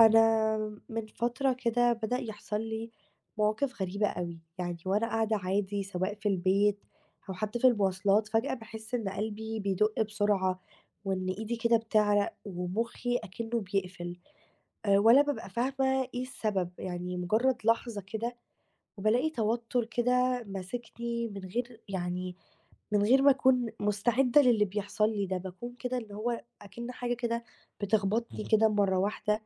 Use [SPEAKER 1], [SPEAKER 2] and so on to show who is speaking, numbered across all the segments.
[SPEAKER 1] أنا من فترة كده بدأ يحصل لي مواقف غريبة أوي، يعني وأنا قاعدة عادي سواء في البيت أو حتى في المواصلات فجأة باحس إن قلبي بيدق بسرعة، وإن إيدي كده بتعرق، ومخي أكنه بيقفل، ولا بابقى فاهمة إيه السبب، يعني مجرد لحظة كده وبالاقي توتر كده ماسكني من غير يعني من غير ما أكون مستعدة للي بيحصل لي ده، باكون كده اللي هو أكن حاجة كده بتخبطني كده مرة واحدة.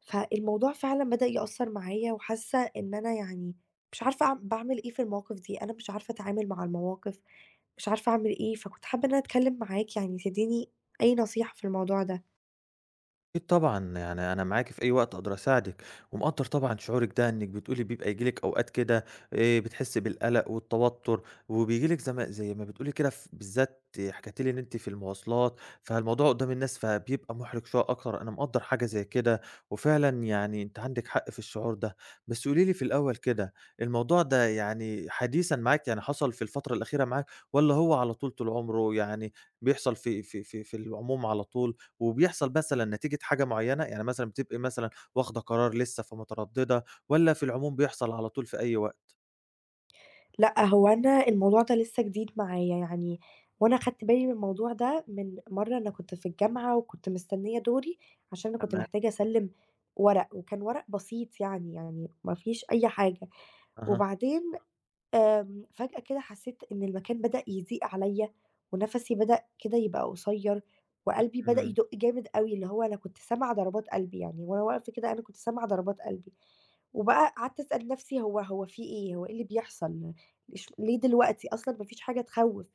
[SPEAKER 1] فالموضوع فعلًا بدأ يأثّر معايا وحاسة إن أنا يعني مش عارفة باعمل إيه في المواقف دي، أنا مش عارفة أتعامل مع المواقف، مش عارفة أعمل إيه، فكنت حابة إن أنا أتكلّم معاك يعني تدّيني أي نصيحة في الموضوع ده.
[SPEAKER 2] أكيد طبعًا، يعني أنا معاكِ في أي وقت أقدر أساعدِك، ومقدّر طبعًا شعورِك ده إنِّك بتقولي بيبقى ييجي لِك أوقات كده بتحسّي بالقلق والتوتر، وبييجي لِك زي ما بتقولي كده ف بالذات حكيتِ لي إن أنتِ في المواصلات، فالموضوع قدّام الناس فبيبقى مُحرِج شوية أكتر، أنا مقدّر حاجة زي كده، وفعلًا يعني أنتِ عندِك حق في الشعور ده. بس قولي لي في الأول كده، الموضوع ده يعني حديثًا معاك، يعني حصل في الفترة الأخيرة معاك والّا هو على طول طول عمره يعني بيحصل في العموم على طول؟ وبيحصل مثلًا نتيجة حاجة معيّنة؟ يعني مثلًا بتبقي مثلًا واخدة قرار لسه فمترددة، والّا في العموم بيحصل على طول في أي وقت؟
[SPEAKER 1] لأ، هو أنا الموضوع ده لسه جديد معايا يعني وأنا خدت بالي من الموضوع ده من مرّة أنا كنت في الجامعة وكنت مستنية دوري عشان أنا كنت
[SPEAKER 2] تمام،
[SPEAKER 1] محتاجة أسلّم ورق وكان ورق بسيط يعني، يعني ما فيش أي حاجة.
[SPEAKER 2] أها،
[SPEAKER 1] وبعدين فجأة كده حسيت إن المكان بدأ يضيق عليّا، ونَفَسي بدأ كده يبقى قصيّر، وقلبي بدأ
[SPEAKER 2] إمم،
[SPEAKER 1] يدق جامد أوي، اللي هو أنا كنت سامعة ضربات قلبي يعني، وأنا واقفة كده أنا كنت سامعة ضربات قلبي، وبقى قعدت أسأل نَفْسي هو هو في إيه، هو إيه اللي بيحصل، إش ليه دلوقتي، أصلًا ما فيش حاجة تخوّف،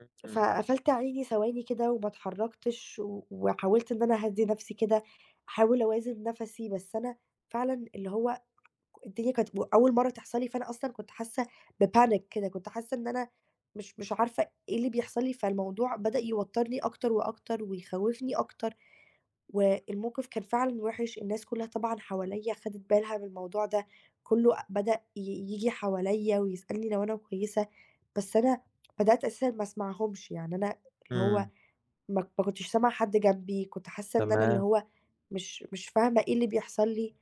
[SPEAKER 2] إمم، إمم،
[SPEAKER 1] فقفلت عيني ثواني كده وما اتحركتش، و وحاولت إن أنا أهدّي نَفْسي كده، أحاول أوازن نَفَسي، بس أنا فعلًا اللي هو الدنيا كانت وأول مرّة تحصل لي، فأنا أصلًا كنت حاسة بpanic كده، كنت حاسة إن أنا مش عارفة إيه اللي بيحصل لي، فالموضوع بدأ يوتّرني أكتر وأكتر ويخوّفني أكتر، والموقف كان فعلًا وِحِش، الناس كلّها طبعًا حواليّا خدِت بالها من الموضوع ده، كلّه بدأ ييجي حواليّا ويسألني لو أنا كويسة، بس أنا بدأت أساسًا ما أسمعهمش، يعني أنا اللي هو
[SPEAKER 2] إمم.
[SPEAKER 1] ما كنتش سامعة حد جنبي، كنت حاسة إن أنا اللي
[SPEAKER 2] تمام.
[SPEAKER 1] هو مش فاهمة إيه اللي بيحصل لي،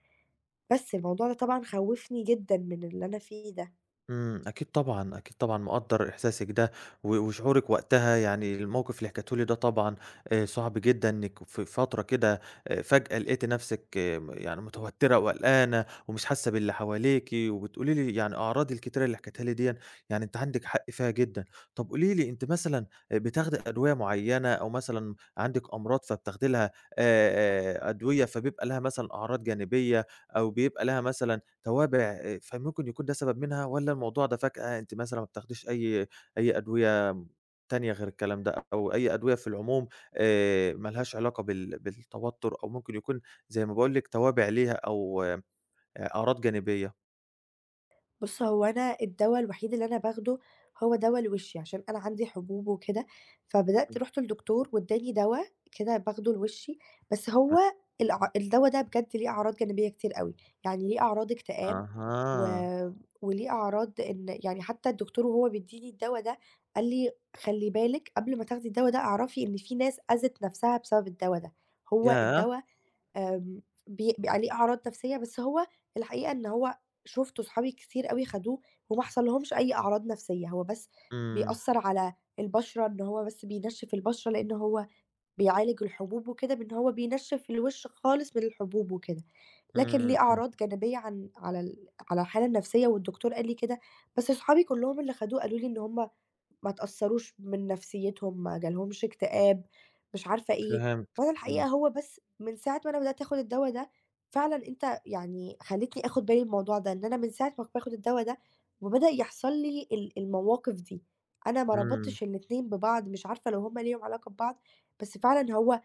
[SPEAKER 1] بس الموضوع ده طبعًا خوّفني جدًا من اللي أنا فيه ده.
[SPEAKER 2] إمم، أكيد طبعًا، أكيد طبعًا مقدّر إحساسِك ده و وشعورِك وقتها، يعني الموقف اللي حكيته لي ده طبعًا صعب جدًا إنِّك في فترة كده فجأة لقيتِ نَفْسِك آه، م يعني متوتّرة وقلقانة ومش حاسة باللي حواليكِ وبتقولي لي يعني أعراض الكتيرة اللي حكيتيها لي ديًا، يعني أنتِ عندِك حق فيها جدًا. طَب قولي لي أنتِ مثلًا بتاخدي أدوية معيّنة أو مثلًا عندِك أمراض فبتاخدي لها أدوية فبيبقى لها مثلًا أعراض جانبية أو بيبقى لها مثلًا توابع فممكن يكون ده سبب منها والّا الموضوع ده فجأة أنتِ مثلًا ما بتاخديش أي أدوية تانية غير الكلام ده، أو أي أدوية في العموم ما لهاش علاقة بالتوتر أو ممكن يكون زي ما باقول لِك توابع ليها أو أعراض جانبية؟
[SPEAKER 1] بُص، هو أنا الدوا الوحيد اللي أنا باخده هو دوا الوِشّ، عشان أنا عندي حبوب وكده، فبدأت
[SPEAKER 2] إمم،
[SPEAKER 1] رُحت لدكتور وادّاني دوا كده باخده لوشّي، بس
[SPEAKER 2] م
[SPEAKER 1] هو الدوا ده بجد ليه أعراض جانبية كتير أوي، يعني ليه أعراض اكتئاب و
[SPEAKER 2] أها،
[SPEAKER 1] وليه أعراض إن يعني حتى الدكتور وهو بيدّيني الدوا ده قال لي: "خلّي بالِك قبل ما تاخدي الدوا ده اعرفي إن في ناس أذت نَفْسها بسبب الدوا ده، هو
[SPEAKER 2] ياه!
[SPEAKER 1] الدوا آمم، بيبقى عليه أعراض نفسية، بس هو الحقيقة إن هو شُفته صحابي كتير أوي خدوه وما حصل لهمش أي أعراض نفسية، هو بس
[SPEAKER 2] إمم،
[SPEAKER 1] بيأثّر على البشرة إن هو بس بينشّف البشرة لإن هو بيعالج الحبوب وكده بإن هو بينشّف الوش خالص من الحبوب وكده، لكن
[SPEAKER 2] إمم،
[SPEAKER 1] ليه
[SPEAKER 2] إمم،
[SPEAKER 1] أعراض جانبية عن على ال على الحالة النفسية والدكتور قال لي كده، بس صحابي كلّهم اللي خدوه قالوا لي إن هُم ما اتأثّروش من نفسيّتهم، ما جالهمش اكتئاب، مش عارفة إيه،
[SPEAKER 2] فهمتِك،
[SPEAKER 1] وأنا
[SPEAKER 2] إمم،
[SPEAKER 1] الحقيقة هو بس من ساعة ما أنا بدأت آخُد الدوا ده، فعلًا أنت يعني خلّيتني آخُد بالي من الموضوع ده، إن أنا من ساعة ما باخُد الدوا ده وبدأ يحصل لي المواقف دي، أنا ما
[SPEAKER 2] إمم،
[SPEAKER 1] ربطتش الاتنين ببعض، مش عارفة لو هُم ليهم علاقة ببعض، بس فعلًا هو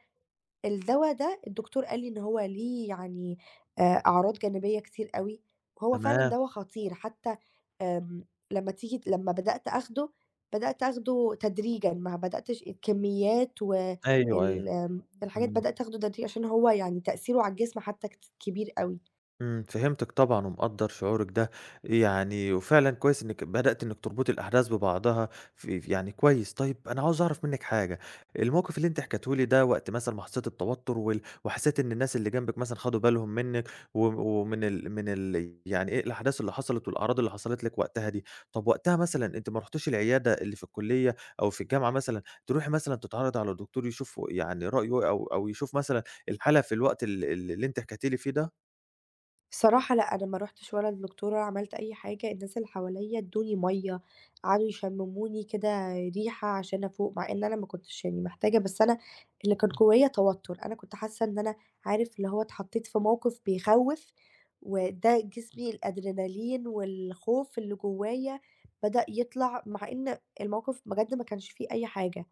[SPEAKER 1] الدوا ده الدكتور قال لي إن هو ليه يعني أعراض جانبية كتير أوي، وهو فعلًا
[SPEAKER 2] تمام،
[SPEAKER 1] دوا خطير حتى آمم لمّا بدأت آخده، بدأت آخده تدريجًا ما بدأتش الكميات وال
[SPEAKER 2] أيوه، أيوه،
[SPEAKER 1] آمم الحاجات
[SPEAKER 2] إمم.
[SPEAKER 1] بدأت آخده تدريجيًا عشان هو يعني تأثيره على الجسم حتى كبير أوي.
[SPEAKER 2] إمم، فهمتِك طبعًا ومقدّر شعورِك ده، يعني وفعلًا كويس إنِّك بدأتِ إنِّك تربطي الأحداث ببعضها ف يعني كويس. طيب أنا عاوز أعرف منِّك حاجة، الموقف اللي أنتِ حكيتيه لي ده وقت مثلًا ما حسّيتِ بتوتُّر وحسّيتِ إن الناس اللي جنبِك مثلًا خدوا بالهم منِّك و ومن ال من ال يعني إيه، الأحداث اللي حصلت والأعراض اللي حصلت لِك وقتها دي، طَب وقتها مثلًا أنتِ ما رُحتيش العيادة اللي في الكُلّية أو في الجامعة مثلًا، تروحي مثلًا تتعرّضي على دكتور يشوف يعني رأيه أو يشوف مثلًا الحالة في الوقت ال ال اللي أنتِ حكيتِ لي فيه ده؟
[SPEAKER 1] الصراحة لأ، أنا ما رُحتش ولا لدكتور ولا عملت أي حاجة، الناس اللي حواليّا ادّوني مَيّة، قعدوا يشمموني كده ريحة عشان أفوق، مع إن أنا ما كنتش يعني محتاجة، بس أنا اللي كان جوايا توتر، أنا كنت حاسة إن أنا عارف اللي هو اتحطيت في موقف بيخوّف، وده جسمي الأدرينالين والخوف اللي جوايا بدأ يطلع، مع إن الموقف بجد ما كانش فيه أي حاجة.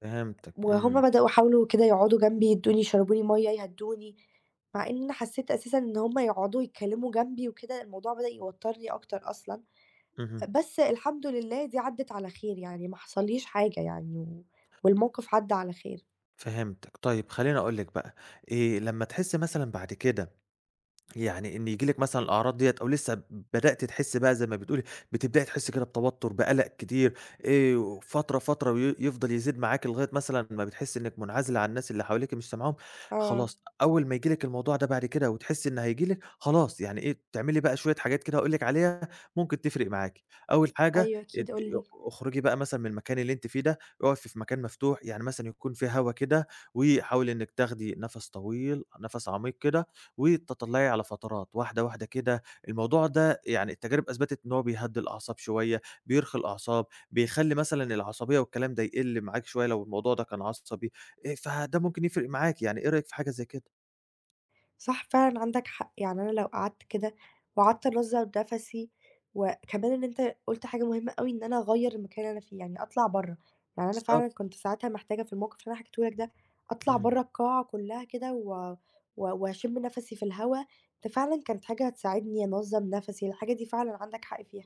[SPEAKER 2] فهمتِك، إمم،
[SPEAKER 1] وهُم بدأوا يحاولوا كده يقعدوا جنبي، يدّوني يشربوا لي مَيّة، يهدّوني، مع إن أنا حسّيت أساسًا إن هُم يقعدوا يتكلّموا جنبي وكده الموضوع بدأ يوتّرني أكتر أصلًا،
[SPEAKER 2] اهم،
[SPEAKER 1] بس الحمد لله دي عدّت على خير يعني ما حصلّيش حاجة يعني و والموقف عدّى على خير.
[SPEAKER 2] فهمتِك. طيب خلّيني أقول لِك بقى، لمّا تحسّي مثلًا بعد كده يعني إن ييجي لِك مثلًا الأعراض ديّة أو لسه بدأتِ تحسّي بقى زي ما بتقولي، بتبدئي تحسّي كده بتوتُّر، بقَلَق كتير، فترة، فترة يفضل يزيد معاكِ لغاية مثلًا ما بتحسّي إنِّك منعزلة عن الناس اللي حواليكِ مش سامعاهم،
[SPEAKER 1] آه،
[SPEAKER 2] خلاص أول ما ييجي لِك الموضوع ده بعد كده وتحسّي إن هييجي لِك، خلاص يعني إيه، تعملي بقى شوية حاجات كده هاقول لِك عليها ممكن تفرق معاكِ. أول حاجة
[SPEAKER 1] أيوه أكيد قُل لي.
[SPEAKER 2] اخرجي بقى مثلًا من المكان اللي أنتِ فيه ده، اقفي في مكان مفتوح، يعني مثلًا يكون فيه هوا كده وحاولي إنِّك تاخدي نَفَس طويل، نَفَس عميق كده وتتطلعي على فترات، واحدة، واحدة كده. الموضوع ده يعني التجارب أثبتت إن هو بيهدّي الأعصاب شوية، بيرخي الأعصاب، بيخلّي مثلًا العصبية والكلام ده يقِل معاكِ شوية لو الموضوع ده كان عصبي، فده ممكن يفرق معاكِ، يعني إيه رأيِك في حاجة زي كده؟
[SPEAKER 1] صح فعلًا عندك حق، يعني أنا لو قعدت كده وقعدت أنظّم نَفَسي، وكمان إن أنت قُلت حاجة مهمة أوي إن أنا أغيّر المكان اللي أنا فيه، يعني أطلع برّه، يعني أنا فعلًا
[SPEAKER 2] بالضبط،
[SPEAKER 1] كنت ساعتها محتاجة في الموقف اللي أنا حكيته لك ده، أطلع
[SPEAKER 2] إمم.
[SPEAKER 1] برّه القاعة كلّها كده و و وأشم نَفَسي في الهوا، ده فعلًا كانت حاجة هتساعدني أنظّم نَفَسي، الحاجة دي فعلًا عندك حق فيها.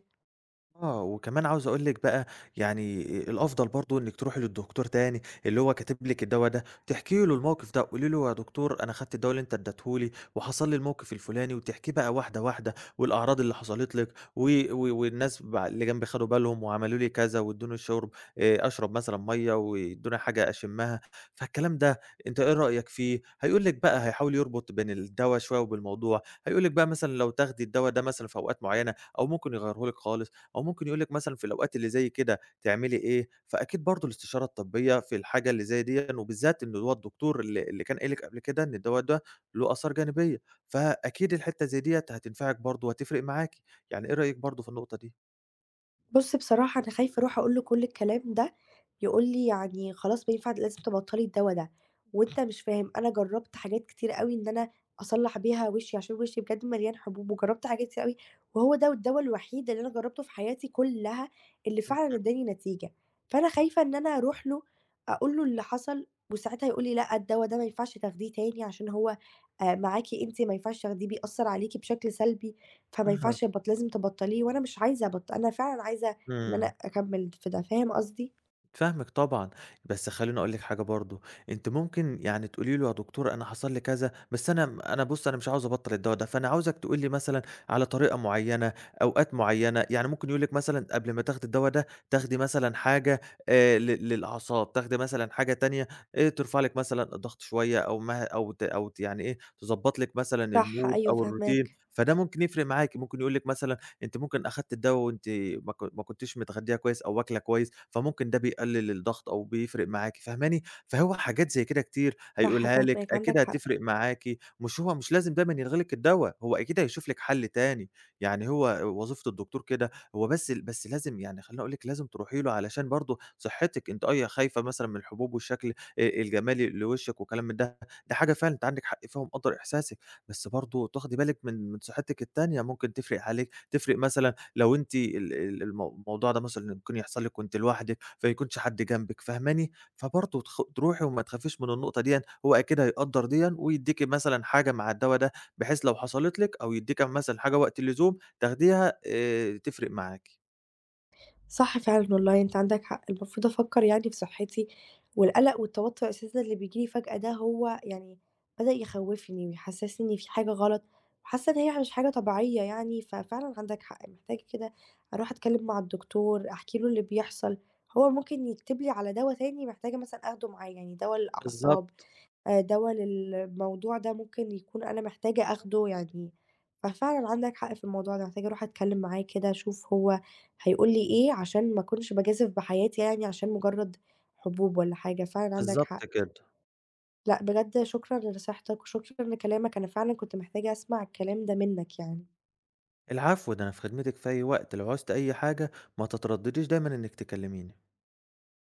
[SPEAKER 2] آه، وكمان عاوز أقول لِك بقى يعني الأفضل برضه إنِّك تروحي للدكتور تاني اللي هو كاتب لِك الدوا ده، تحكي له الموقف ده، قولي له يا دكتور أنا خدت الدوا اللي أنت ادّيته لي وحصل لي الموقف الفُلاني، وتحكيه بقى واحدة، واحدة والأعراض اللي حصلت لِك و و والناس اللي جنبي خدوا بالهم وعملوا لي كذا وادّوني الشُرب أشرب مثلًا مَيّة وادّوني حاجة أشمّها، فالكلام ده أنت إيه رأيك فيه؟ هيقول لِك بقى هيحاول يربط بين الدوا شوية وبالموضوع، هيقول لِك بقى مثلًا لو تاخدي الدوا ده مثلًا في أوقات معيّنة أو ممكن يغيّره لِك خالص. أو ممكن يقول لِك مثلًا في الأوقات اللي زي كده تعملي إيه، فأكيد برضه الاستشارة الطبية في الحاجة اللي زي ديًا، وبالذات إن هو الدكتور اللي كان قايل لِك قبل كده إن الدوا ده له آثار جانبية، فأكيد الحتّة زي ديّة هتنفعِك برضه وهتفرق معاكِ، يعني إيه رأيِك برضه في النقطة دي؟
[SPEAKER 1] بُص بصراحة أنا خايفة أروح أقول له كل الكلام ده، يقول لي: "يعني خلاص بقى ينفع لازم تبطّلي الدوا ده." وأنت مش فاهم، أنا جرّبت حاجات كتير أوي إن أنا أصلّح بيها وشّي، عشان وشّي بجد مليان حبوب، وجرّبت حاجات كتير أوي، وهو ده الدوا الوحيد اللي أنا جرّبته في حياتي كلّها اللي فعلًا
[SPEAKER 2] إمم،
[SPEAKER 1] ادّاني نتيجة. فأنا خايفة إن أنا أروح له أقول له اللي حصل، وساعتها يقول لي: "لأ، الدوا ده ما ينفعش تاخديه تاني عشان هو معاكِ أنتِ ما ينفعش تاخديه، بيأثّر عليكِ بشكل سلبي، فما
[SPEAKER 2] أها،
[SPEAKER 1] ينفعش لازم تبطّليه." وأنا مش عايزة أنا فعلًا عايزة إن أنا
[SPEAKER 2] إمم.
[SPEAKER 1] أكمّل في ده، فاهم قصدي؟
[SPEAKER 2] فاهمِك طبعًا، بس خلّيني أقول لِك حاجة برضه، أنتِ ممكن يعني تقولي له يا دكتور أنا حصل لي كذا، بس أنا بُص أنا مش عاوز أبطّل الدوا ده، فأنا عاوزك تقول لي مثلًا على طريقة معيّنة، أوقات معيّنة، يعني ممكن يقول لِك مثلًا قبل ما تاخدي الدوا ده تاخدي مثلًا حاجة ل للأعصاب، تاخدي مثلًا حاجة تانية ترفع لِك مثلًا الضغط شوية أو مه أو ت أو ت يعني إيه تضبّط لِك مثلًا
[SPEAKER 1] صح،
[SPEAKER 2] الmood
[SPEAKER 1] أيوه
[SPEAKER 2] أو الروتين،
[SPEAKER 1] فاهماك،
[SPEAKER 2] فده ممكن يفرق معاكِ، ممكن يقول لِك مثلًا أنتِ ممكن أخدتِ الدوا وأنتِ ما كنتيش متغدية كويس أو واكلة كويس، فممكن ده بيقلل الضغط أو بيفرق معاكِ، فاهماني؟ فهو حاجات زي كده كتير
[SPEAKER 1] صح
[SPEAKER 2] هيقولها لِك،
[SPEAKER 1] فاهماك، عندك
[SPEAKER 2] أكيد
[SPEAKER 1] حق،
[SPEAKER 2] هتفرق معاكِ، مش هو مش لازم دايمًا يلغي لِك الدوا، هو أكيد هيشوف لِك حل تاني، يعني هو وظيفة الدكتور كده، هو بس لازم يعني خلّيني أقول لِك لازم تروحي له علشان برضه صحتِك، أنتِ أيوه خايفة مثلًا من الحبوب والشكل الجمالي لوشِّك وكلام من ده، ده حاجة فعلًا أنتِ عندِك حق فيها ومقدّر إحساسِك. بس برضه تاخدي بالِك من صحتِك التانية، ممكن تفرق عليكِ تفرق مثلًا لو أنتِ ال ال المو الموضوع ده مثلًا ممكن يحصل لِك وأنتِ لوحدِك، فما يكونش حد جنبِك، فاهماني؟ فبرضه تروحي وما تخافيش من النقطة ديًا، هو أكيد هيقدّر ديًا ويدّيكِ مثلًا حاجة مع الدوا ده، بحيث لو حصلت لِك أو يدّيكِ مثلًا حاجة وقت اللزوم تاخديها تفرق معاكِ.
[SPEAKER 1] صح فعلًا والله أنت عندك حق، المفروض أفكّر يعني في صحّتي، والقلق والتوتّر أساسًا اللي بييجي لي فجأة ده هو يعني بدأ يخوّفني ويحسّسني إن في حاجة غلط، وحاسّة إن هي مش حاجة طبيعية يعني، ففعلًا عندك حق، محتاجة كده أروح أتكلّم مع الدكتور، أحكي له اللي بيحصل، هو ممكن يكتب لي على دوا تاني محتاجة مثلًا آخده معايا، يعني دوا للأعصاب،
[SPEAKER 2] بالضبط،
[SPEAKER 1] دوا للموضوع ده ممكن يكون أنا محتاجة آخده يعني ففعلًا عندك حق في الموضوع ده، محتاجة أروح أتكلم معاه كده أشوف هو هيقول لي إيه، عشان ما أكونش باجازف بحياتي يعني عشان مجرد حبوب والّا حاجة، فعلًا عندك
[SPEAKER 2] بالضبط
[SPEAKER 1] حق.
[SPEAKER 2] كده.
[SPEAKER 1] لأ بجد شكرًا لنصيحتك وشكرًا لكلامك، أنا فعلًا كنت محتاجة أسمع الكلام ده منّك يعني.
[SPEAKER 2] العفو، ده أنا في خدمتِك في أي وقت، لو عُزتِ أي حاجة ما تتردّديش دايمًا إنِّك تكلميني.